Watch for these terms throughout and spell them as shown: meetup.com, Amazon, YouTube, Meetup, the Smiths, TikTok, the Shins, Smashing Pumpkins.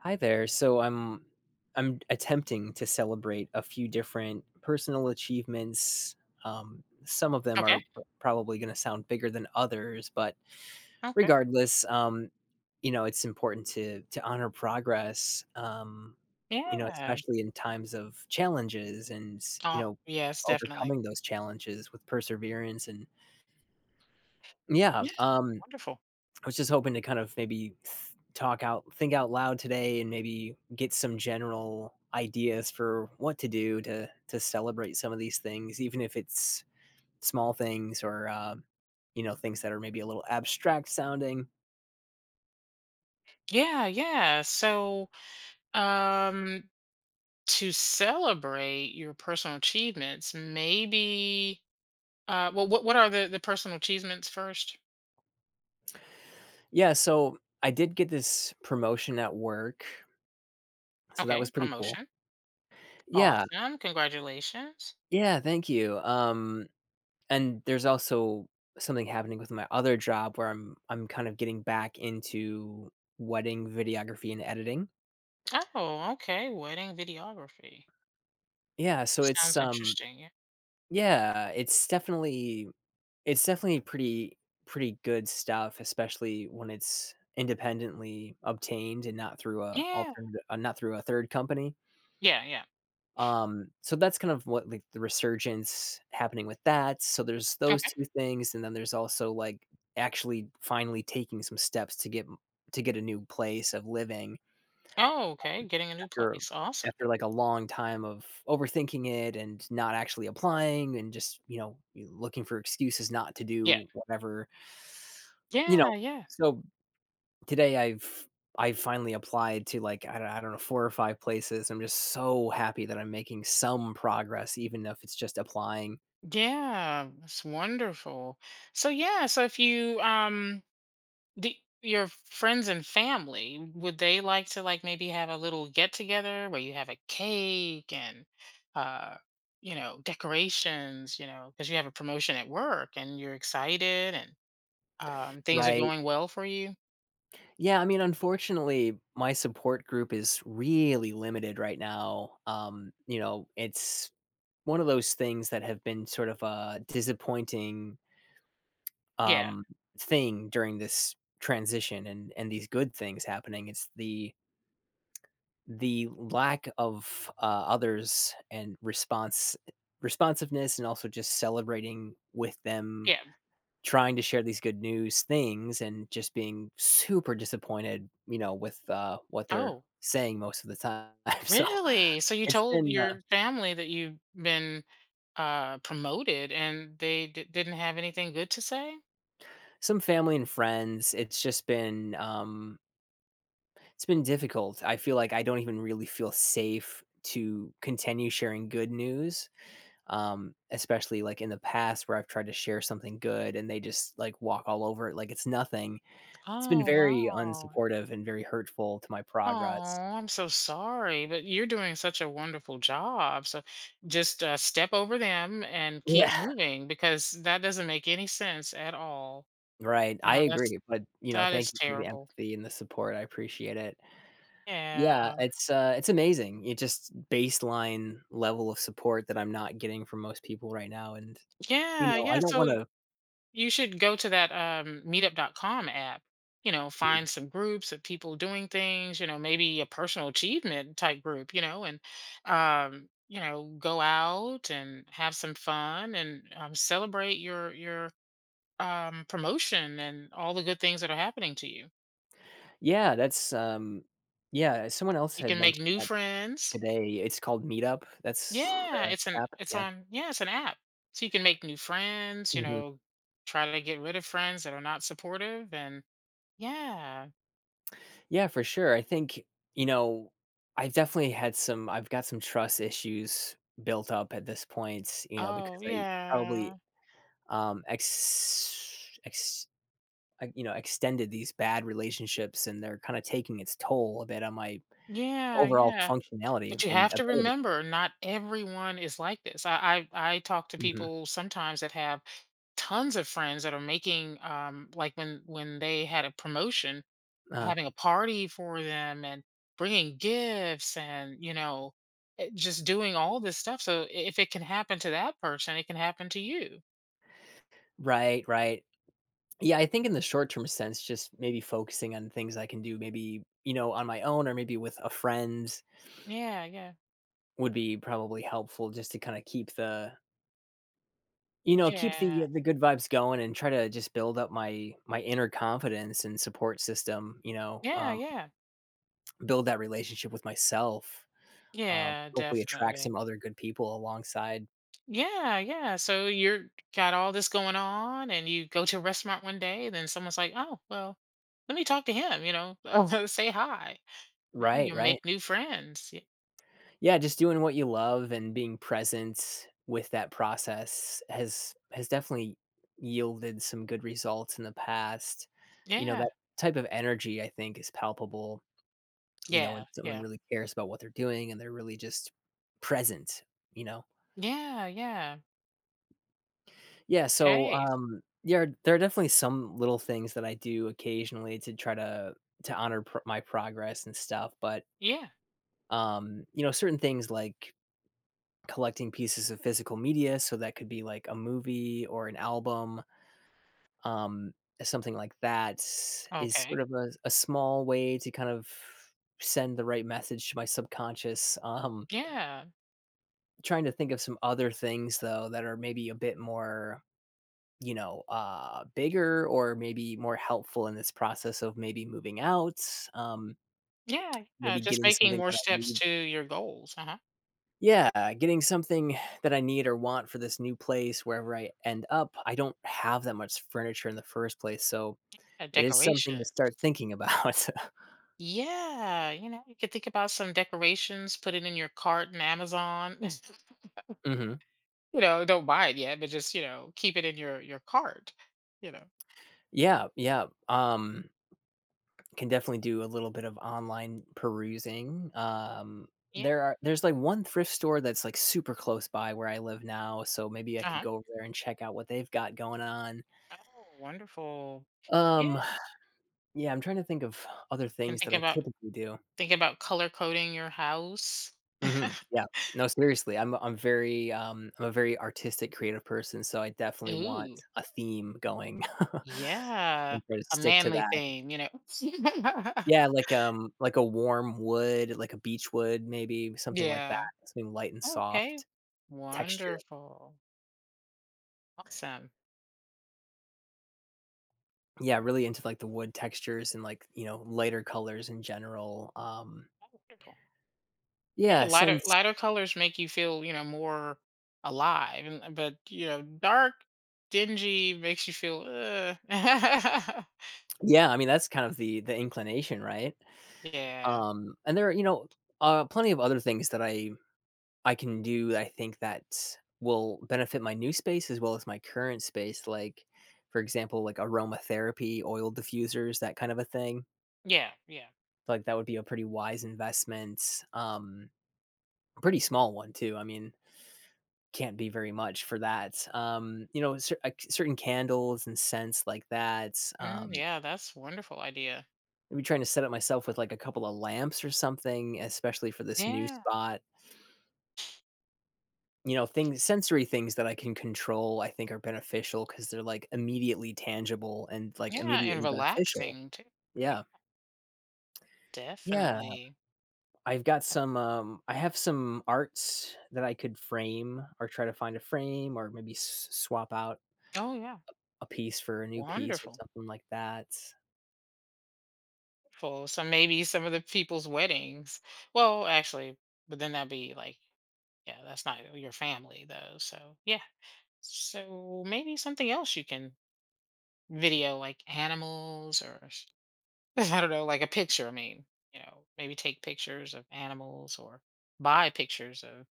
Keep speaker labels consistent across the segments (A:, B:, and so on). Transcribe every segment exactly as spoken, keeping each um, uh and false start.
A: Hi there. So I'm I'm attempting to celebrate a few different personal achievements. Um, some of them
B: Okay.
A: are p- probably going to sound bigger than others, but
B: Okay.
A: regardless, um, you know, it's important to to honor progress. Um, you know,
B: Yeah.
A: especially in times of challenges and you
B: Oh,
A: know
B: yes, definitely.
A: overcoming those challenges with perseverance and yeah.
B: Yeah.
A: Um,
B: Wonderful.
A: I was just hoping to kind of maybe th- talk out, think out loud today, and maybe get some general ideas for what to do to to celebrate some of these things, even if it's small things or um, you know things that are maybe a little abstract sounding.
B: Yeah, yeah. So, um, to celebrate your personal achievements, maybe uh well what what are the the personal achievements first?
A: Yeah, so I did get this promotion at work, so that was
B: Okay,
A: pretty cool.
B: promotion.
A: Yeah,
B: Awesome. Congratulations.
A: yeah, thank you. Um, and there's also something happening with my other job where I'm I'm kind of getting back into wedding videography and editing.
B: Oh, okay. Wedding videography.
A: Yeah, so it's,
B: Sounds
A: um
B: interesting. Yeah.
A: yeah, it's definitely it's definitely pretty pretty good stuff, especially when it's independently obtained and not through a
B: Yeah.
A: alternative uh, not through a third company.
B: Yeah, yeah.
A: Um, so that's kind of what, like, the resurgence happening with that, so there's those
B: Okay.
A: two things, and then there's also, like, actually finally taking some steps to get m to get a new place of living
B: Oh, okay. Getting a new
A: after
B: place. Awesome.
A: after, like, a long time of overthinking it and not actually applying and just, you know, you looking for excuses not to
B: Yeah.
A: do whatever you know,
B: Yeah, yeah.
A: so today I've I finally applied to, like, I don't I don't know, four or five places. I'm just so happy that I'm making some progress even if it's just applying,
B: Yeah, it's wonderful. So yeah, so if you um the your friends and family, would they like to like maybe have a little get together where you have a cake and uh you know, decorations, you know, because you have a promotion at work and you're excited and um things are
A: right?
B: going well for you?
A: Yeah, I mean, unfortunately, my support group is really limited right now. Um, you know, it's one of those things that have been sort of a disappointing,
B: Yeah.
A: um, thing during this transition and and these good things happening. It's the the lack of, uh, others and response responsiveness and also just celebrating with them,
B: Yeah.
A: trying to share these good news things and just being super disappointed, you know, with, uh, what they're
B: Oh,
A: saying most of the time. So,
B: really? So you
A: it's
B: told
A: been, uh,
B: your family that you've been uh promoted and they d- didn't have anything good to say?
A: some family and friends. It's just been, um, it's been difficult. I feel like I don't even really feel safe to continue sharing good news, um, especially like in the past where I've tried to share something good and they just like walk all over it like it's nothing. It's been
B: Oh,
A: very
B: wow.
A: unsupportive and very hurtful to my
B: Oh,
A: progress.
B: I'm so sorry, but you're doing such a wonderful job. So just uh, step over them and
A: Yeah.
B: keep moving because that doesn't make any sense at all.
A: Right.
B: You
A: I
B: know, that's
A: agree. But you know,
B: that
A: thank
B: is
A: you for the
B: terrible.
A: empathy and the support. I appreciate it. Yeah,
B: Yeah.
A: it's uh it's amazing. It just baseline level of support that I'm not getting from most people right now. And you
B: Yeah,
A: know, I
B: yeah.
A: don't
B: So
A: wanna
B: you should go to that um, meetup dot com app, you know, find some groups of people doing things, you know, maybe a personal achievement type group, you know, and, um, you know, go out and have some fun and um, celebrate your, your, um, promotion and all the good things that are happening to you.
A: Yeah, that's, um yeah, someone else
B: You
A: had
B: can make
A: mentioned
B: new
A: that
B: friends.
A: today. It's called Meetup. That's
B: Yeah,
A: the
B: it's an
A: app,
B: it's
A: yeah.
B: on yeah, it's an app. So you can make new friends, you
A: Mhm.
B: know, try to get rid of friends that are not supportive and yeah.
A: Yeah, for sure. I think, you know, I've definitely had some I've got some trust issues built up at this point, you know, because
B: Oh,
A: I
B: yeah.
A: probably, um, ex ex I you know, extended these bad relationships, and they're kinda taking its toll a bit on my
B: Yeah,
A: overall
B: yeah.
A: functionality
B: But you
A: and
B: have to
A: ability.
B: remember, not everyone is like this. I I, I talk to
A: Mhm,
B: people sometimes that have tons of friends that are making um like when when they had a promotion,
A: uh-huh.
B: having a party for them and bringing gifts and you know eh, just doing all this stuff. So i- if it can happen to that person, it can happen to you.
A: Right, right. Yeah, I think in the short term sense, just maybe focusing on things I can do, maybe, you know, on my own or maybe with a friend
B: Yeah, yeah.
A: would be probably helpful just to kind of keep the you know, keep
B: Yeah.
A: the the good vibes going and try to just build up my my inner confidence and support system, you know,
B: Yeah,
A: um,
B: yeah.
A: build that relationship with myself. Um,
B: Yeah,
A: hopefully attract
B: definitely.
A: some other good people alongside.
B: Yeah, yeah. So you're got all this going on, and you go to a restaurant one day, then someone's like, "Oh, well, let me talk to him," you know, uh, say hi. No,
A: Right,
B: you
A: right.
B: make new friends. Y-
A: Yeah, just doing what you love and being present with that process has has definitely yielded some good results in the past. You know,
B: Yeah,
A: that type of energy I think is palpable, you know, when
B: yeah,
A: someone
B: yeah,
A: really cares about what they're doing and they're really just present, you know.
B: yeah, yeah.
A: Yeah, so
B: Hey,
A: um yeah, there are definitely some little things that I do occasionally to try to to honor pr- my progress and stuff, but
B: yeah,
A: um you know, certain things like collecting pieces of physical media, so that could be like a movie or an album, um, something like that is sort
B: okay,
A: of a, a small way to kind of send the right message to my subconscious. Um,
B: yeah,
A: trying to think of some other things though that are maybe a bit more, you know, uh, bigger or maybe more helpful in this process of maybe moving out, um,
B: yeah, yeah.
A: maybe
B: Just
A: getting
B: making
A: something
B: more
A: that I
B: steps
A: need
B: to your goals. Uh huh.
A: Yeah, getting something that I need or want for this new place wherever I end up, I don't have that much furniture in the first place, so
B: A
A: it is something
B: decoration.
A: to start thinking about.
B: Yeah, you know, you could think about some decorations, put it in your cart in Amazon.
A: Mhm.
B: You know, don't buy it yet, but just, you know, keep it in your your cart, you know.
A: Yeah, yeah, um, can definitely do a little bit of online perusing, um,
B: Yeah.
A: there are there's, like, one thrift store that's, like, super close by where I live now, so maybe I could
B: Uh-huh.
A: go over there and check out what they've got going on.
B: Oh, wonderful. Yeah.
A: Um, yeah, I'm trying to think of other
B: Can
A: things
B: think
A: that I
B: about,
A: typically do.
B: think about color coding your house.
A: Mhm. Yeah. No, seriously, I'm I'm very, um, I'm a very artistic, creative person, so I definitely want
B: Ooh.
A: a theme going
B: Yeah.
A: and try to
B: A
A: stick to
B: manly
A: that.
B: theme, you know.
A: Yeah, like, um, like a warm wood, like a beech wood, maybe something like that,
B: Yeah.
A: something light and
B: Okay.
A: soft texture.
B: Wonderful. Awesome.
A: Yeah, really into like the wood textures and like, you know, lighter colors in general. Um,
B: Wonderful. Yeah,
A: yeah,
B: lighter
A: since
B: lighter colors make you feel, you know, more alive, and uh, but you know, dark, dingy makes you feel. Uh.
A: yeah, I mean, that's kind of the the inclination, right?
B: Yeah,
A: Um, and there are, you know, uh, plenty of other things that I I can do, I think that will benefit my new space as well as my current space. Like, for example, like aromatherapy, oil diffusers, that kind of a thing.
B: yeah, yeah,
A: Like, that would be a pretty wise investment. Um, pretty small one too. I mean, can't be very much for that. Um, you know, cer- like, certain candles and scents like that.
B: mm,
A: Um,
B: yeah. That's a wonderful idea.
A: maybe trying to set up myself with like a couple of lamps or something, especially for this new
B: Yeah,
A: spot. You know, things sensory things that I can control, I think are beneficial because 'cause they're, like, immediately tangible and, like,
B: yeah, and
A: immediately beneficial.
B: relaxing too.
A: Yeah.
B: Yeah.
A: Yeah.
B: Definitely.
A: I've got some, um I have some arts that I could frame or try to find a frame or maybe s swap out
B: Oh yeah,
A: a piece for a new piece or
B: wonderful.
A: something like that.
B: Wonderful. So maybe some of the people's weddings. Well, actually, but then that'd be like, yeah, that's not your family though. So yeah. So maybe something else you can video like animals or s- I don't know, like a picture. I mean, you know, maybe take pictures of animals or buy pictures of,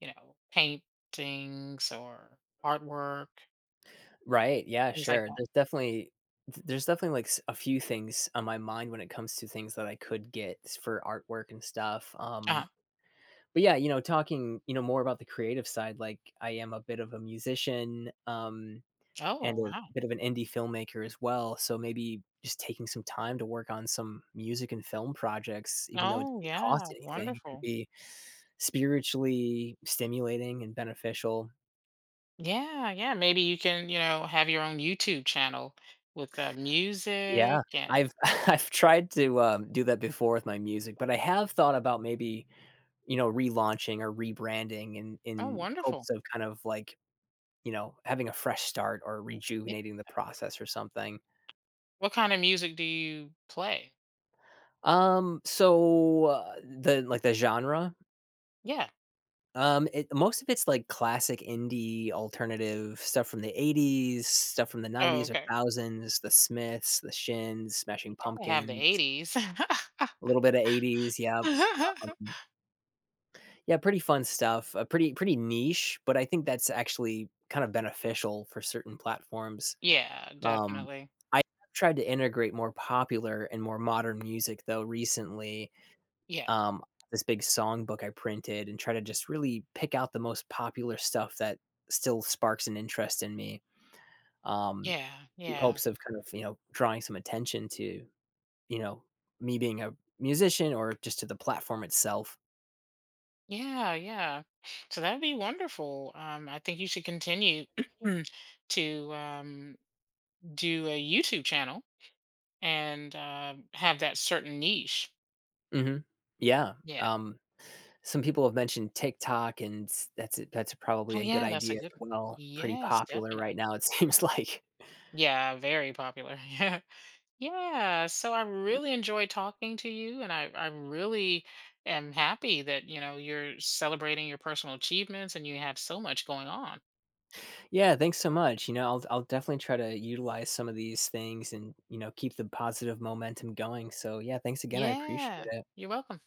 B: you know, paintings or artwork,
A: Right, yeah,
B: things like
A: sure.
B: that.
A: There's definitely th there's definitely, like, s a few things on my mind when it comes to things that I could get s- for artwork and stuff, um
B: uh
A: but yeah, you know, talking, you know, more about the creative side, like I am a bit of a musician, um, and
B: Oh,
A: a
B: wow.
A: bit of an indie filmmaker as well. So maybe just taking some time to work on some music and film projects, even though it
B: Oh,
A: doesn't
B: yeah.
A: cost anything, it could
B: Wonderful.
A: be spiritually stimulating and beneficial.
B: Yeah, yeah. Maybe you can, you know, have your own YouTube channel with uh,
A: Yeah.
B: music, and
A: I've I've tried to um, do that before with my music, but I have thought about maybe, you know, relaunching or rebranding in
B: oh,
A: in
B: wonderful.
A: hopes of kind of like you know, having a fresh start or
B: Yeah.
A: rejuvenating the process or something.
B: What kind of music do you play?
A: Um, so uh, the like the genre,
B: Yeah.
A: um, it, most of it's like classic indie alternative stuff from the eighties, stuff from the
B: Oh,
A: nineties or two
B: okay.
A: thousands, the Smiths, the Shins, Smashing
B: You gotta have the
A: Pumpkins,
B: eighties.
A: a little bit of eighties. Yep. Um, yeah, pretty fun stuff. Uh, pretty pretty niche, but I think that's actually kind of beneficial for certain platforms.
B: Yeah,
A: Um,
B: definitely.
A: I have tried to integrate more popular and more modern music, though, recently.
B: Yeah,
A: Um, this big songbook I printed and try to just really pick out the most popular stuff that still sparks an interest in me, um,
B: yeah,
A: in
B: yeah,
A: hopes of kind of, you know, drawing some attention to, you know, me being a musician or just to the platform itself.
B: yeah, yeah. So that'd be wonderful. Um, I think you should continue to um, do a YouTube channel, and uh, have that certain niche.
A: Mhm. Yeah.
B: Yeah.
A: Um Some people have mentioned TikTok, and that's that's probably
B: Oh,
A: a good
B: yeah, that's a
A: idea as
B: good one.
A: well. Pretty
B: Yes,
A: popular right
B: definitely.
A: now, it seems like.
B: Yeah, very popular. Yeah. Yeah. So I really enjoy talking to you, and I, I really am happy that, you know, you're celebrating your personal achievements and you have so much going on.
A: Yeah, thanks so much. You know, I'll I'll definitely try to utilize some of these things and, you know, keep the positive momentum going. So, yeah, thanks again. I appreciate
B: Yeah.
A: it.
B: You're welcome.